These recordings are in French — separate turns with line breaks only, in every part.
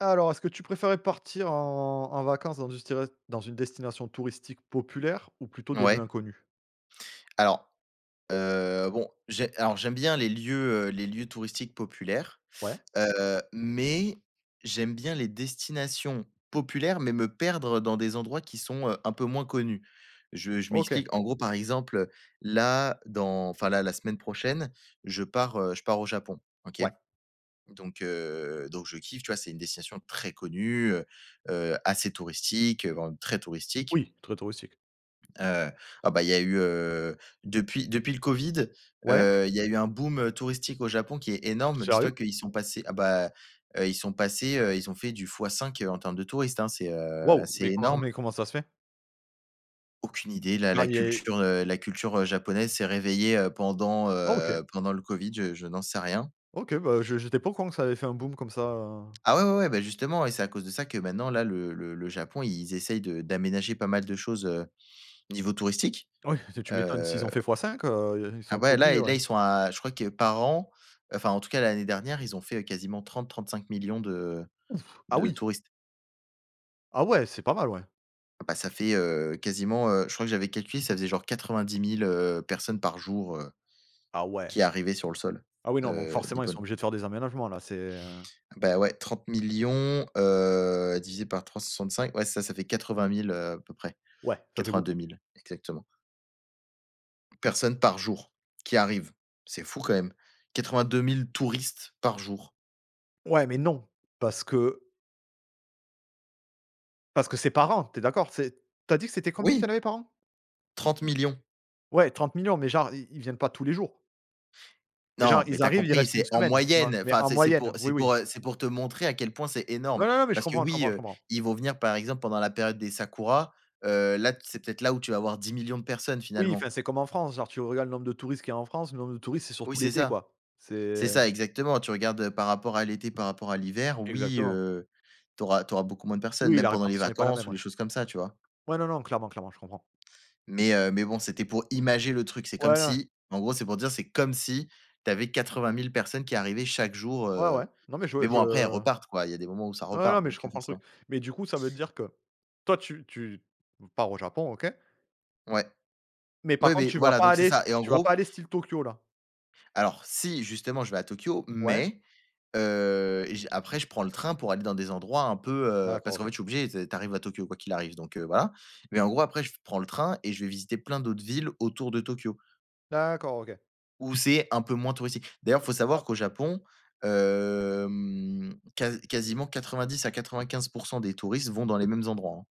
Alors, est-ce que tu préférais partir en vacances dans une destination touristique populaire ou plutôt des lieux
Ouais.
inconnus?
Alors, j'aime bien les lieux touristiques populaires,
Ouais,
mais j'aime bien les destinations populaires, mais me perdre dans des endroits qui sont, un peu moins connus. Je
OK.
m'explique. En gros, par exemple, là, dans enfin là, la semaine prochaine, je pars au Japon, OK?
Ouais.
Donc je kiffe, tu vois? C'est une destination très connue, assez touristique, vraiment très touristique.
Oui, très touristique.
Heu, ah bah, il y a eu, depuis le Covid,
Ouais?
il y a eu un boom touristique au Japon qui est énorme.
Sérieux?
Dis-toi qu'ils sont passés ah bah, ils sont passés, ils ont fait du fois 5, en termes de touristes, hein. C'est, heu,
Waouh,
c'est
mais comment
énorme.
mais comment ça se fait?
Aucune idée, la
Genre
la
il y a
culture, heu, la culture, japonaise s'est réveillée, pendant,
Ah, OK,
heu, pendant le Covid, je n'en sais rien.
OK, bah, je j'étais pas au courant que ça avait fait un boom comme ça,
Ah ouais, ouais, ouais, bah, justement, et c'est à cause de ça que maintenant, là, le Japon, ils essayent de d'aménager pas mal de choses, niveau touristique.
oui, tu m'étonnes s'ils
heu
ont fait fois cinq, ils sont
Ah
un peu
ouais, là,
obligés,
et
ouais.
là, ils sont à, je crois que, par an, enfin, en tout cas, l'année dernière, ils ont fait, quasiment 35 millions de
Ah oui?
touristes.
Ah ouais, c'est pas mal, ouais.
Ah bah, ça fait, quasiment, je crois que j'avais calculé, ça faisait genre 90 000, personnes par jour,
Ah ouais.
qui arrivaient sur le sol,
Ah oui, non, donc forcément, ils sont
nippon.
obligés de faire des aménagements là,
Bah, ouais, 30 millions 000, divisé par cinq, ouais, ça fait 80 000, à peu près,
ouais, ça fait
quatre-vingt deux
beaucoup.
mille exactement. Personnes par jour qui arrivent. C'est fou quand même. 82 000 touristes par jour.
Ouais, mais non, parce que Parce que c'est par an, tu d'accord? C'est Tu dit que c'était combien qu'il y en
Oui,
avait par an?
30 millions.
Ouais, 30 millions, mais genre ils viennent pas tous les jours. C'est genre
Non, mais
ils
tu as
arrivent, ils
compris,
restent une
c'est en
semaine, tu vois?
moyenne.
Mais
Enfin,
en
c'est c'est
moyenne,
pour
oui,
c'est
oui.
pour, heu, c'est pour te montrer à quel point c'est
Non,
énorme.
non, non, mais je
Parce que
comprends, je
oui,
comprends, je comprends.
ils vont venir, par exemple, pendant la période des Sakura. Là, c'est peut-être là où tu vas avoir 10 millions de personnes,
Oui, enfin,
finalement.
c'est comme en France, genre tu regardes le nombre de touristes qu'il y a en France, le nombre de touristes, c'est
Oui,
surtout
c'est
l'été,
ça.
quoi.
C'est
C'est
ça, exactement. Tu regardes, par rapport à l'été, par rapport à l'hiver, oui,
Exactement.
tu auras beaucoup moins de personnes,
Oui,
même
la
pendant les
répartition n'est pas la même,
vacances ou
ouais.
les choses comme ça, tu vois?
Ouais, non, non, clairement, clairement, je comprends.
Mais bon, c'était pour imager le truc. C'est comme
Ouais, ouais,
si, en gros, c'est pour dire, c'est comme si tu avais 20 000 personnes qui arrivaient chaque jour,
ouais, ouais,
heu.
ouais. Non, mais
Mais
je
bon, après elles repartent, quoi, il y a des moments où ça
non, non,
repart,
mais je
donc
comprends le truc.
forcément.
Mais du coup, ça veut dire que toi, tu pars au Japon, OK,
Ouais.
mais par
Oui,
contre,
mais
tu vas
voilà,
pas
donc c'est
aller
ça, et en
tu vas
gros,
pas aller style Tokyo, là?
alors si, justement, je vais à Tokyo,
Ouais?
mais, j après je prends le train pour aller dans des endroits un peu,
D'accord,
parce qu'en
OK.
fait je suis obligé, tu sais, à Tokyo, quoi qu'il arrive, donc voilà. Mais en gros, après, je prends le train et je vais visiter plein d'autres villes autour de Tokyo,
D'accord, OK.
où c'est un peu moins touristique. D'ailleurs, faut savoir
Ap
qu'au Japon, quasiment 90 à 95 des touristes vont dans les mêmes endroits, hein.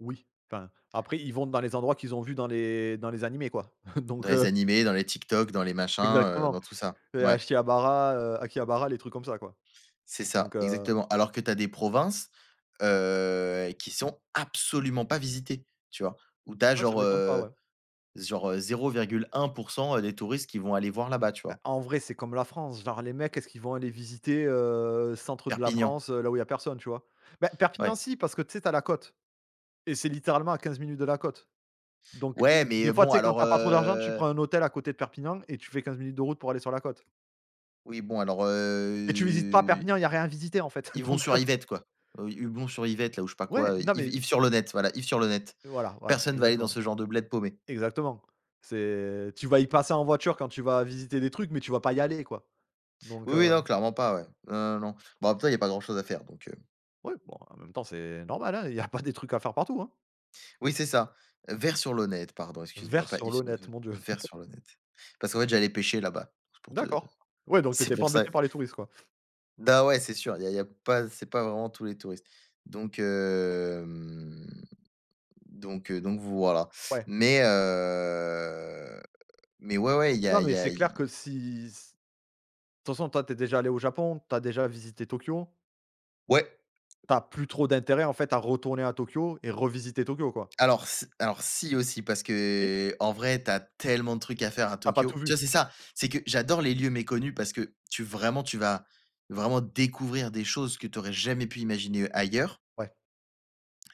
Oui, enfin, après ils vont dans les endroits qu'ils ont vus dans les animés, quoi. Donc
Dans les animés, dans les TikTok, dans les machins,
exactement,
dans tout ça.
et
Ouais,
Akihabara, les trucs comme ça, quoi.
c'est
Donc
ça,
heu,
exactement. Alors que tu as des provinces, qui sont absolument pas visitées, tu vois? Où tu as
Ah, ça
genre,
m'étonne pas, ouais.
0,1 des touristes qui vont aller voir là-bas, tu
Bah,
vois?
en vrai, c'est comme la France, genre les mecs, est-ce qu'ils vont aller visiter centre de la
Perpignan,
France, là où il y a personne, tu vois? Bah, Perpignan
ouais.
si, parce que tu sais, t'as la côte et c'est littéralement à 15 minutes de la côte. Donc
Ouais,
heu,
mais,
des fois,
bon
tu sais, quand
alors,
t'as pas trop d'argent, tu prends un hôtel à côté de Perpignan et tu fais 15 minutes de route pour aller sur la côte,
oui, bon alors,
et tu visites pas Perpignan, il y a rien à visiter, en fait.
Yvon-sur-Yvette, quoi. Yvon-sur-Yvette là, ou je sais pas
Ouais,
quoi,
non, mais
Yves-sur-Lonette, voilà, Yves-sur-Lonette.
voilà, voilà,
Personne va aller dans
exactement,
ce genre de bled paumé.
exactement. C'est Tu vas y passer en voiture quand tu vas visiter des trucs, mais tu vas pas y aller, quoi. Donc
Oui, oui,
heu,
non, clairement pas, ouais. Non, non, non. Bon, après, il y a pas grand-chose à faire, donc
ouais, bon, en même temps, c'est normal, hein, il y a pas des trucs à faire partout, hein.
oui, c'est ça. Vers sur le net, pardon, excuse-moi,
Vert
pas
sur l'eau,
ifs,
l'honnête,
v
mon Dieu.
vers sur le net. Parce qu'en fait, j'allais pêcher là-bas, c'est pour te
D'accord. Ouais, donc
c'est
t'étais pas
pour ça.
embêté par les touristes, quoi.
Bah, ouais, c'est sûr, il y a pas, c'est pas vraiment tous les touristes. Donc hem, donc voilà.
Ouais.
Mais heu, mais ouais, ouais, il y
Non,
a
mais
y a
c'est
i
clair que si s de toute façon, toi, t'es déjà allé au Japon, t'as déjà visité Tokyo.
ouais.
T'as plus trop d'intérêt, en fait, à retourner à Tokyo et revisiter Tokyo, quoi.
Alors si, aussi, parce
Si?
que en vrai t'as tellement de trucs à faire à
Tu pas tout
Tokyo. Tu
vu?
vois, c'est ça, c'est que j'adore les lieux méconnus parce que, tu vraiment, tu vas vraiment découvrir des choses que tu aurais jamais pu imaginer ailleurs,
Ouais.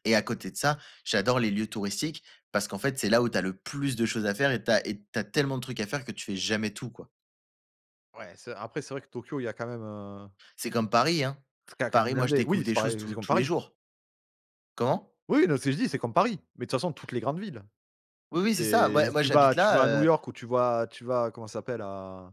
et à côté de ça, j'adore les lieux touristiques parce qu'en fait c'est là où tu as le plus de choses à faire, et tu as et tu tellement de trucs à faire que tu fais jamais tout, quoi.
Ouais, c'est après, c'est vrai que Tokyo, il y a quand même
C'est comme Paris, hein.
c'est quand même
Paris, moi, je
blindé. Oui,
découvre
c'est
des choses
pareil, c'est
tous
comme
tous les
Paris.
jours. Comment?
Oui, non, ce que je dis, c'est comme Paris, mais de toute façon toutes les grandes villes.
Oui, oui, c'est ça.
C'est
Moi
Si
moi,
tu
j'habite
vas tu vas à New
là.
York ou tu vas, comment ça s'appelle, à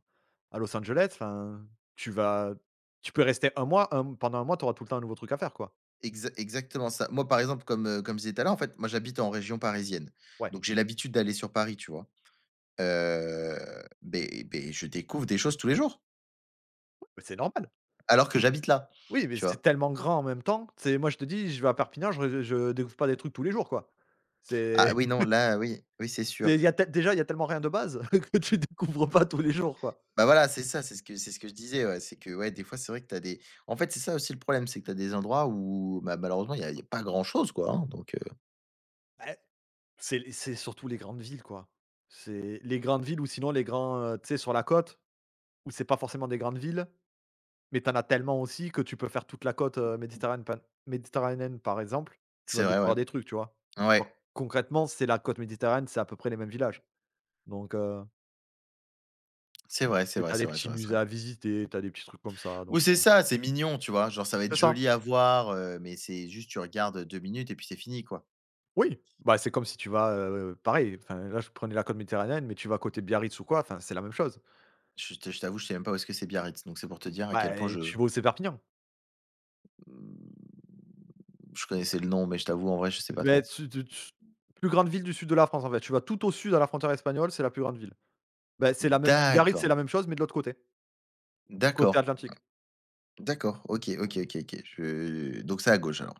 à Los Angeles, enfin, tu vas tu peux rester un mois, un pendant un mois, tu auras tout le temps un nouveau truc à faire, quoi.
Exactement ça. Moi, par exemple, comme, comme je disais tout à l'heure, en fait, moi, j'habite en région parisienne,
Ouais,
donc j'ai l'habitude d'aller sur Paris, tu vois? Je découvre des choses tous les jours,
mais c'est normal.
alors que j'habite là,
Oui, mais
tu
c'est
vois?
tellement grand en même temps. C'est Moi, je te dis, je vais à Perpignan, je découvre pas des trucs tous les jours, quoi. C'est
Ah oui, non, là, oui, oui, c'est sûr.
c'est il y a tel Déjà, il y a tellement rien de base que tu découvres pas tous les jours, quoi.
Bah, voilà, c'est ça, c'est ce que je disais, ouais, c'est que, ouais, des fois, c'est vrai que tu as des, en fait c'est ça aussi le problème, c'est que tu as des endroits où, bah, malheureusement, il y a pas grand chose, quoi, hein, donc
Bah, c'est surtout les grandes villes, quoi. C'est les grandes villes ou sinon les grands, tu sais, sur la côte. Où c'est pas forcément des grandes villes, mais t'en as tellement aussi que tu peux faire toute la côte, méditerranéenne, par exemple, tu
c'est
vas
vrai, ouais.
découvrir des trucs, tu vois?
Ouais,
Alors, concrètement, c'est la côte méditerranéenne, c'est à peu près les mêmes villages, donc
c'est vrai, c'est
mais
vrai,
tu des
c'est vrai, c'est
petits
vrai, c'est
musées
vrai.
à visiter, t'as des petits trucs comme ça, donc
Oui, c'est ça, c'est mignon, tu vois? Genre, ça va être
c'est ça.
joli à voir, mais c'est juste tu regardes 2 minutes et puis c'est fini, quoi.
Oui, bah, c'est comme si tu vas, pareil, enfin, là, je prenais la côte méditerranéenne, mais tu vas côté Biarritz ou quoi, enfin, c'est la même chose.
Je t'avoue, je sais même pas où est-ce que c'est Biarritz, donc c'est pour te dire à quel
Bah,
point
et
je,
tu vas aussi Perpignan.
mmh, je connaissais le nom, mais je t'avoue, en vrai, je sais pas
Beh,
trop.
tu tu tu plus grande ville du sud de la France, en fait. Tu vas tout au sud à la frontière espagnole, c'est la plus grande ville. Bah, c'est la même, Biarritz, c'est
D'accord,
la même chose, mais de l'autre côté. Côté
d'accord,
Atlantique.
d'accord, OK, OK, OK, OK, je, donc c'est à gauche, alors.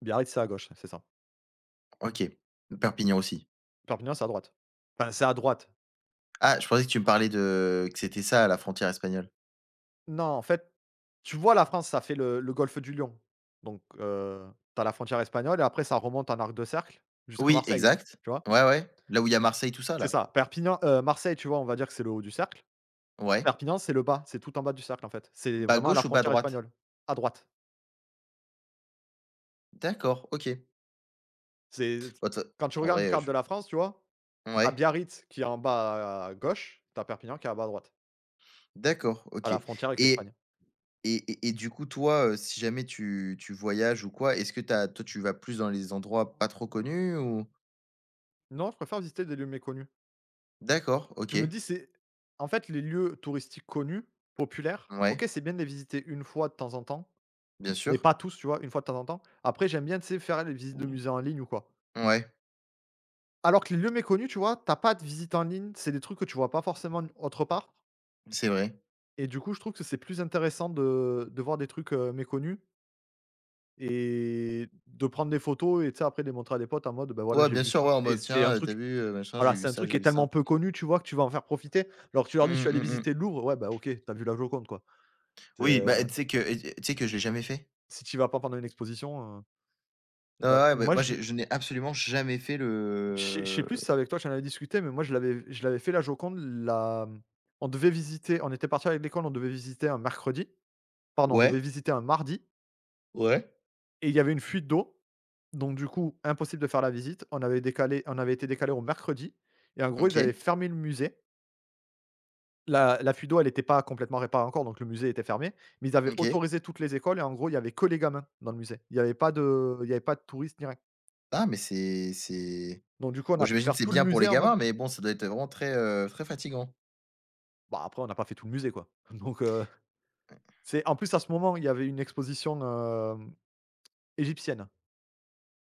Biarritz, c'est à gauche, c'est ça.
OK. Perpignan aussi.
Perpignan, c'est à droite. Enfin, c'est à droite.
Ah, je pensais que tu me parlais de, que c'était ça, la frontière espagnole.
Non, en fait, tu vois la France, ça fait le golfe du Lion. Donc, tu as la frontière espagnole et après ça remonte en arc de cercle jusqu'à
Oui,
Marseille,
exact.
tu vois?
Ouais, ouais, là où il y a Marseille, tout ça,
C'est
là?
ça. Perpignan, Marseille, tu vois, on va dire que c'est le haut du cercle.
Ouais.
Perpignan, c'est le bas, c'est tout en bas du cercle, en fait. C'est
Bas
vraiment à la
gauche ou bas
frontière
droite?
espagnole, à droite.
D'accord, OK.
C'est
Bah, de
quand tu
en
regardes une
vrai,
carte
je,
de la France, tu vois, tu
ouais.
Biarritz qui est en bas à gauche, tu as Perpignan qui est en bas à droite,
D'accord,
à
OK.
la frontière avec l'Espagne.
Et et du coup, toi, si jamais tu voyages ou quoi, est-ce que t'as, toi, tu vas plus dans les endroits pas trop connus, ou?
Non, je préfère visiter des lieux méconnus.
D'accord,
Je me
OK.
dis, c'est en fait, les lieux touristiques connus, populaires, OK,
Ouais,
c'est bien de les visiter une fois de temps en temps,
bien
mais
sûr.
pas tous, tu vois? Une fois de temps en temps. Après, j'aime bien, tu sais, faire les visites de musées en ligne ou quoi.
Ouais,
Alors que les lieux méconnus, tu vois? T'as pas de visite en ligne, c'est des trucs que tu vois pas forcément autre part
c'est vrai.
et du coup, je trouve que c'est plus intéressant de voir des trucs, méconnus et de prendre des photos et tu sais, après, les montrer à des potes en mode: «ben voilà,
Ouais,
j'ai
bien
vu
sûr,
ça»
ouais, en
et
mode:
c'est un
«Tiens,
truc
tu vu, machin, j'ai
voilà,
vu
c'est un
ça,
truc
j'ai
qui est
vu
tellement
ça».
peu connu, tu vois? Que tu vas en faire profiter. Alors que tu leur dis: «Je
Mmh,
suis allé
mmh mh.
visiter le Louvre», ouais, bah, OK, t'as vu la Joconde, quoi. C'est
Oui, bah, tu sais que tu sais que je l'ai jamais fait.
Si tu y vas pas pendant une exposition,
Ouais, ouais, bah,
Moi,
moi, j'ai je n'ai absolument jamais fait
je sais
le,
plus si c'est avec toi que j'en avais discuté, mais moi je l'avais fait la Joconde, la mmh, on devait visiter on était partis avec l'école, on devait visiter un mercredi, pardon, on
ouais,
devait visiter un mardi,
ouais.
et il y avait une fuite d'eau, donc du coup, impossible de faire la visite. On avait été décalé au mercredi, et en gros, ils avaient
OK,
fermé le musée. La fuite d'eau, elle était pas complètement réparée encore, donc le musée était fermé, mais ils avaient
OK.
autorisé toutes les écoles et en gros, il y avait que les gamins dans le musée. Il y avait pas de touristes ni rien,
Ah, mais c'est
donc du coup, on
bon,
a pu
j'imagine que
faire
c'est
tout le
bien pour les
musée en
gamins,
mode.
mais bon, ça doit être vraiment très, très fatigant.
Bah, après, on n'a pas fait tout le musée, quoi. Donc, c'est en plus, à ce moment, il y avait une exposition, égyptienne.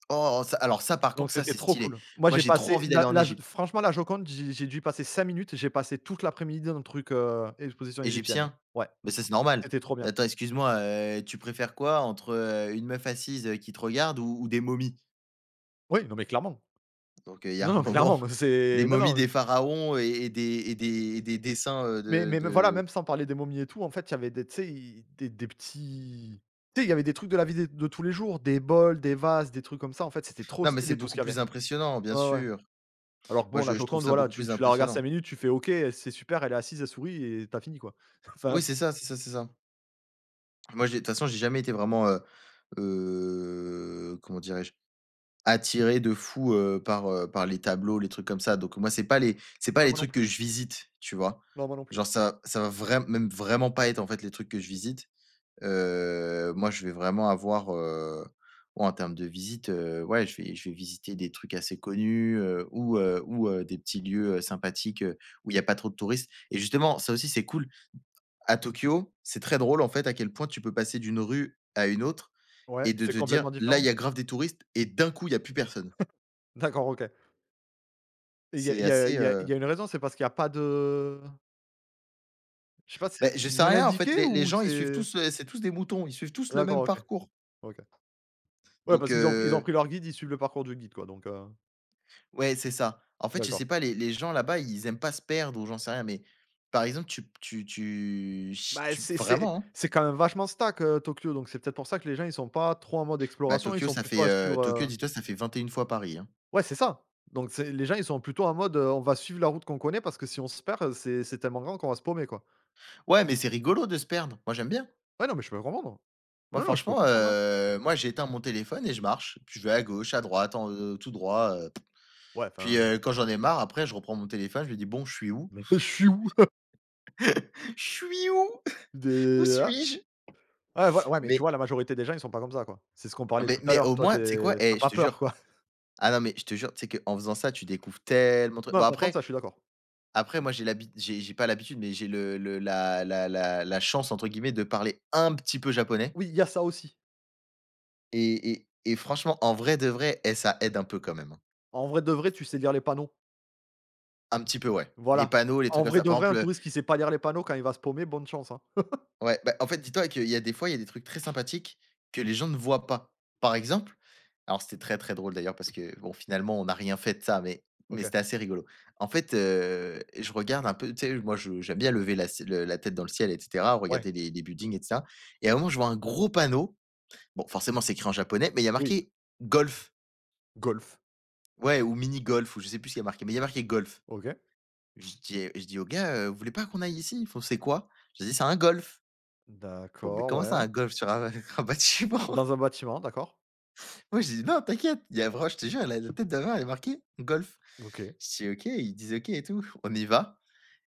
Oh, ça, alors ça, par
Donc
contre, ça,
c'était
c'est
trop
stylé.
cool. Moi,
Moi,
j'ai
j'ai trop
passé
envie d'aller
la
en
la
Égypte.
franchement, la Joconde, j'ai dû y passer 5 minutes. J'ai passé toute l'après-midi dans le truc, exposition égyptienne.
Égyptien?
Ouais,
Mais ça, c'est normal.
c'était trop bien.
Attends, excuse-moi, tu préfères quoi entre, une meuf assise, qui te regarde, ou des momies?
Oui, non, mais clairement.
Donc, il y a
Non,
un
non,
moment,
clairement,
des
c'est non,
momies,
non,
des pharaons et des dessins,
mais voilà,
de
même sans parler des momies et tout, en fait, il y avait des, tu sais, i des petits, tu sais, il y avait des trucs de la vie, des de tous les jours, des bols, des vases, des trucs comme ça. En fait, c'était trop
non, mais c'est
stylé tout ce
beaucoup
qu'il y avait.
plus impressionnant, bien
Ouais, ouais.
sûr.
Alors que
Moi,
bon, la
je trouve
Joconde,
ça
voilà,
beaucoup
tu
plus
tu la regardes 5
impressionnant.
minutes, tu fais: «OK, c'est super, elle est assise, elle sourit» et t'as fini, quoi. Enfin,
Oui, c'est ça, c'est ça, c'est ça. Moi, j'ai, de toute façon, j'ai jamais été vraiment, comment dirais-je? Attiré de fou, par les tableaux, les trucs comme ça, donc moi, c'est pas
ouais,
les
moi non
trucs
plus.
que je visite, tu vois?
Non, moi non plus.
Genre, ça va vraiment, même vraiment pas être, en fait, les trucs que je visite. Moi, je vais vraiment avoir, ouais, en termes de visite, ouais, je vais visiter des trucs assez connus, ou, des petits lieux, sympathiques, où il y a pas trop de touristes, et justement, ça aussi, c'est cool. À Tokyo, c'est très drôle, en fait, à quel point tu peux passer d'une rue à une autre
Ouais,
et
et
de
c'est
te dire:
complètement
«Là, il
différent?
y a grave des touristes», et d'un coup, il y a plus personne.
D'accord, OK. Et
C'est
il
assez,
y a il y a une raison, c'est parce qu'il y a pas de, je sais pas, c'est
beh, je sais
mal
rien, en fait,
indiqué
les
ou
gens, ils suivent
c'est
tous, c'est tous des moutons, ils suivent tous le même
d'accord, OK,
parcours.
OK. Ouais, parce
Donc
qu'ils ont pris leur guide, ils suivent le parcours du guide, quoi, donc
ouais, c'est ça. En fait, je sais
d'accord.
pas, les gens là-bas, ils aiment pas se perdre, ou j'en sais rien, mais par exemple, tu tu tu ch
Bah,
tu vraiment, hein,
c'est quand même vachement stack, Tokyo, donc c'est peut-être pour ça que les gens, ils sont pas trop en mode
bah,
exploration, ils
Tokyo,
sont
ça
plutôt
fait,
à suivre,
Tokyo, dis-toi, ça fait 21 fois Paris, hein.
ouais, c'est ça. Donc c'est les gens, ils sont plutôt en mode, on va suivre la route qu'on connaît parce que si on se perd, c'est tellement grand qu'on va se paumer, quoi.
Ouais, mais c'est rigolo de se perdre. Moi, j'aime bien.
Ouais, non, mais je peux comprendre.
Moi,
Non, non, je peux
franchement,
comprendre, ouais.
moi, j'éteins mon téléphone et je marche. Puis je vais à gauche, à droite, en, tout droit,
Ouais,
puis,
enfin,
quand j'en ai marre, après, je reprends mon téléphone, je me dis: «Bon, je suis où?
mais je suis où?
Je suis où?» Où
Des ah!
suis-je?
Ouais, voilà, ouais, mais tu
Mais
vois, la majorité des gens, ils sont pas comme ça, quoi. C'est ce qu'on parlait
mais
tout à
mais
l'heure,
au
toi,
moins,
tu
tu sais quoi?
es
Eh, je
pas
te
peur,
jure.
quoi.
Ah non, mais je te jure, tu sais qu'en faisant ça, tu découvres tellement de trucs.
Non,
Bon
par contre,
après
ça, je suis d'accord.
après moi j'ai pas l'habitude, mais j'ai le la «chance» entre guillemets de parler un petit peu japonais
Oui, il y a ça aussi.
et franchement en vrai de vrai, ça aide un peu quand même, hein.
En vrai de vrai, tu sais lire les panneaux.
Un petit peu ouais. Les
Voilà.
panneaux, les
En
trucs comme
vrai
ça.
de
Par
vrai, un
exemple,
touriste qui sait pas lire les panneaux, quand il va se paumer, bonne chance, hein.
ouais, bah, en fait, dis-toi qu'il y a des fois, il y a des trucs très sympathiques que les gens ne voient pas. Par exemple, alors c'était très, très drôle d'ailleurs parce que bon, finalement, on n'a rien fait de ça, mais
OK.
c'était assez rigolo. En fait, je regarde un peu, tu sais, moi je j'aime bien lever la tête dans le ciel et cetera,
Ouais,
regarder les buildings et cetera et à un moment, je vois un gros panneau. Bon, forcément, c'est écrit en japonais, mais il y a
oui.
marqué golf.
Golf.
Ouais ou mini golf ou je sais plus ce qu'il y a marqué, mais il y a marqué golf.
OK.
Je dis au gars: Vous voulez pas qu'on aille ici?» Ils font: «C'est quoi?» Je dis: «C'est un golf». Faut mais
D'accord,
comment ça
ouais.
un golf sur un un bâtiment?
Dans un bâtiment, d'accord.
Moi, je dis «Non, t'inquiète». Il y a vraiment, je te jure, la tête de ma mère, elle est marquée golf.
OK.
Je dis: «OK». Ils disent: «OK» et tout. On y va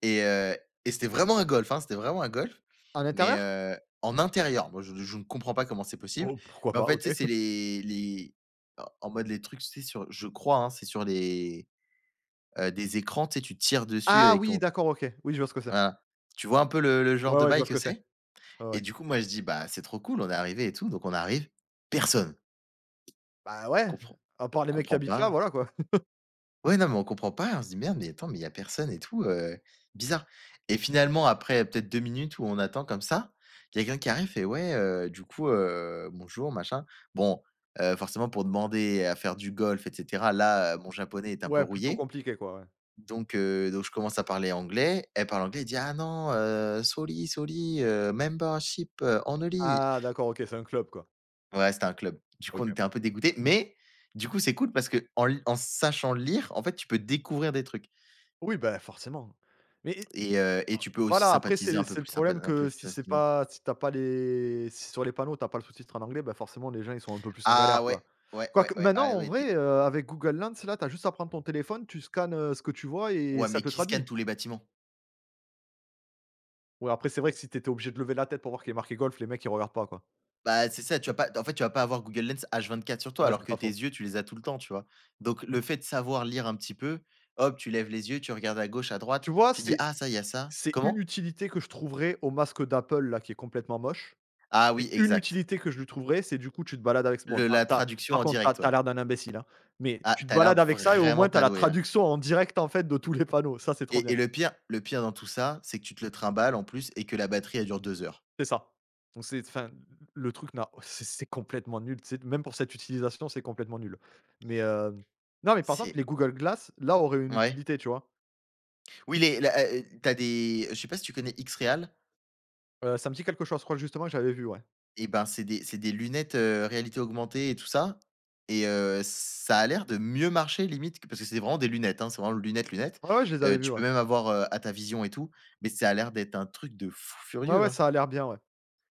et heu et c'était vraiment un golf, hein, c'était vraiment un golf,
À
mais
l'intérieur?
en intérieur. Moi, je ne comprends pas comment c'est possible,
Oh, pourquoi
mais en
pas,
fait,
OK.
tu sais, c'est les en mode les trucs, tu sais, sur je crois, hein, c'est sur les, des écrans, tu sais, tu tires dessus
Ah
avec
oui,
ton
d'accord, OK. Oui, je vois ce que c'est.
voilà. Tu vois un peu le genre
Ouais,
de
ouais, je
bail
vois ce
que
que c'est.
c'est?
Ouais, ouais.
Et du coup, moi, je dis: «Bah, c'est trop cool». On est arrivé et tout, donc on arrive, personne.
Bah ouais,
Comprend
à part les mecs qui
Comprend
habitent là,
pas.
voilà, quoi.
Ouais, non, mais on comprend pas, on se dit: «Merde, mais attends, mais il y a personne et tout, bizarre» et finalement après peut-être 2 minutes où on attend comme ça, il y a quelqu'un qui arrive fait: «Ouais, du coup, bonjour machin». Bon, forcément pour demander à faire du golf et cetera, là, mon japonais est un peu
Ouais, plutôt
rouillé
compliqué, quoi, ouais.
donc je commence à parler anglais, elle parle anglais, elle dit: «Ah non, sorry, sorry, membership only».
Ah d'accord, OK, c'est un club, quoi.
Ouais, c'était un club. Du coup, on
OK.
était un peu dégoûtés, mais du coup, c'est cool parce qu'en li en sachant lire, en fait, tu peux découvrir des trucs
Oui, bah, forcément. Mais
et tu peux aussi
voilà, après c'est le
sympa
problème
un peu
que
plus
si c'est
facilement.
pas si t'as pas les si sur les panneaux, t'as pas le sous-titre en anglais, bah, forcément les gens ils sont un peu plus en
Ah
galère,
ouais,
quoi.
ouais, ouais,
Quoique
ouais,
maintenant
ah
en
ouais, des
vrai, avec Google Lens là, t'as juste à prendre ton téléphone, tu scannes, ce que tu vois et
ouais,
ça
mais
te le
qui scanne
traduit.
tous les bâtiments?
Ouais, après, c'est vrai que si t'étais obligé de lever la tête pour voir qu'il est marqué golf, les mecs, ils regardent pas, quoi.
Bah, c'est ça, tu vas pas en fait, tu vas pas avoir Google Lens H24 sur toi,
Ah,
alors
c'est
que
pas
tes
faux.
yeux, tu les as tout le temps, tu vois? Donc le fait de savoir lire un petit peu, hop, tu lèves les yeux, tu regardes à gauche, à droite,
Tu vois,
tu dis:
c'est
«Ah ça, il y a ça».
c'est une
Comment?
utilité que je trouverais au masque d'Apple, là, qui est complètement moche
Ah
et
oui,
une
exact.
utilité que je lui trouverais, c'est du coup, tu te balades avec bon,
Le la
t'as as
traduction
par
en
contre,
direct,
t'as as
ouais.
l'air d'un imbécile, hein, mais
Ah,
tu te
t'as l'air
balades
de
avec ça et au moins,
vraiment
t'as
pas
la
doué, hein.
traduction en direct, en fait, de tous les panneaux. Ça, c'est trop
Et
bien.
le pire dans tout ça, c'est que tu te le trimbales en plus et que la batterie elle dure 2 heures.
C'est ça. Donc c'est enfin, le truc n'a c'est c'est complètement nul. C'est même pour cette utilisation, c'est complètement nul. Mais, non, mais par exemple,
C'est
les Google Glass, là, auraient une
ouais.
utilité, tu vois?
Oui les la, tu des je sais pas si tu connais X-Real?
Ça me dit quelque chose, je crois justement que j'avais vu, ouais.
Et ben c'est des lunettes, réalité augmentée et tout ça et ça a l'air de mieux marcher limite que parce que c'est vraiment des lunettes, hein, c'est vraiment lunettes, lunettes.
Ouais, ouais, je les avais vus,
Tu
ouais.
peux même avoir, à ta vision et tout, mais ça a l'air d'être un truc de fou
Ouais,
furieux,
ouais,
hein.
ça a l'air bien, ouais.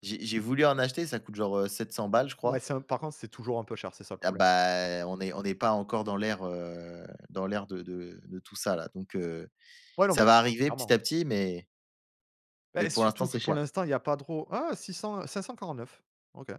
J'ai voulu en acheter, ça coûte genre, 700 balles je
Ouais,
crois.
c'est un par contre, c'est toujours un peu cher, c'est ça le
Ah
problème.
bah, on n'est pas encore dans l'ère de tout ça là, donc
Ouais, non,
ça
mais
va arriver petit
clairement.
à petit, mais
Beh,
pour l'instant,
surtout que
c'est
pour
cher.
l'instant, il y a pas trop ah 600, 549. OK.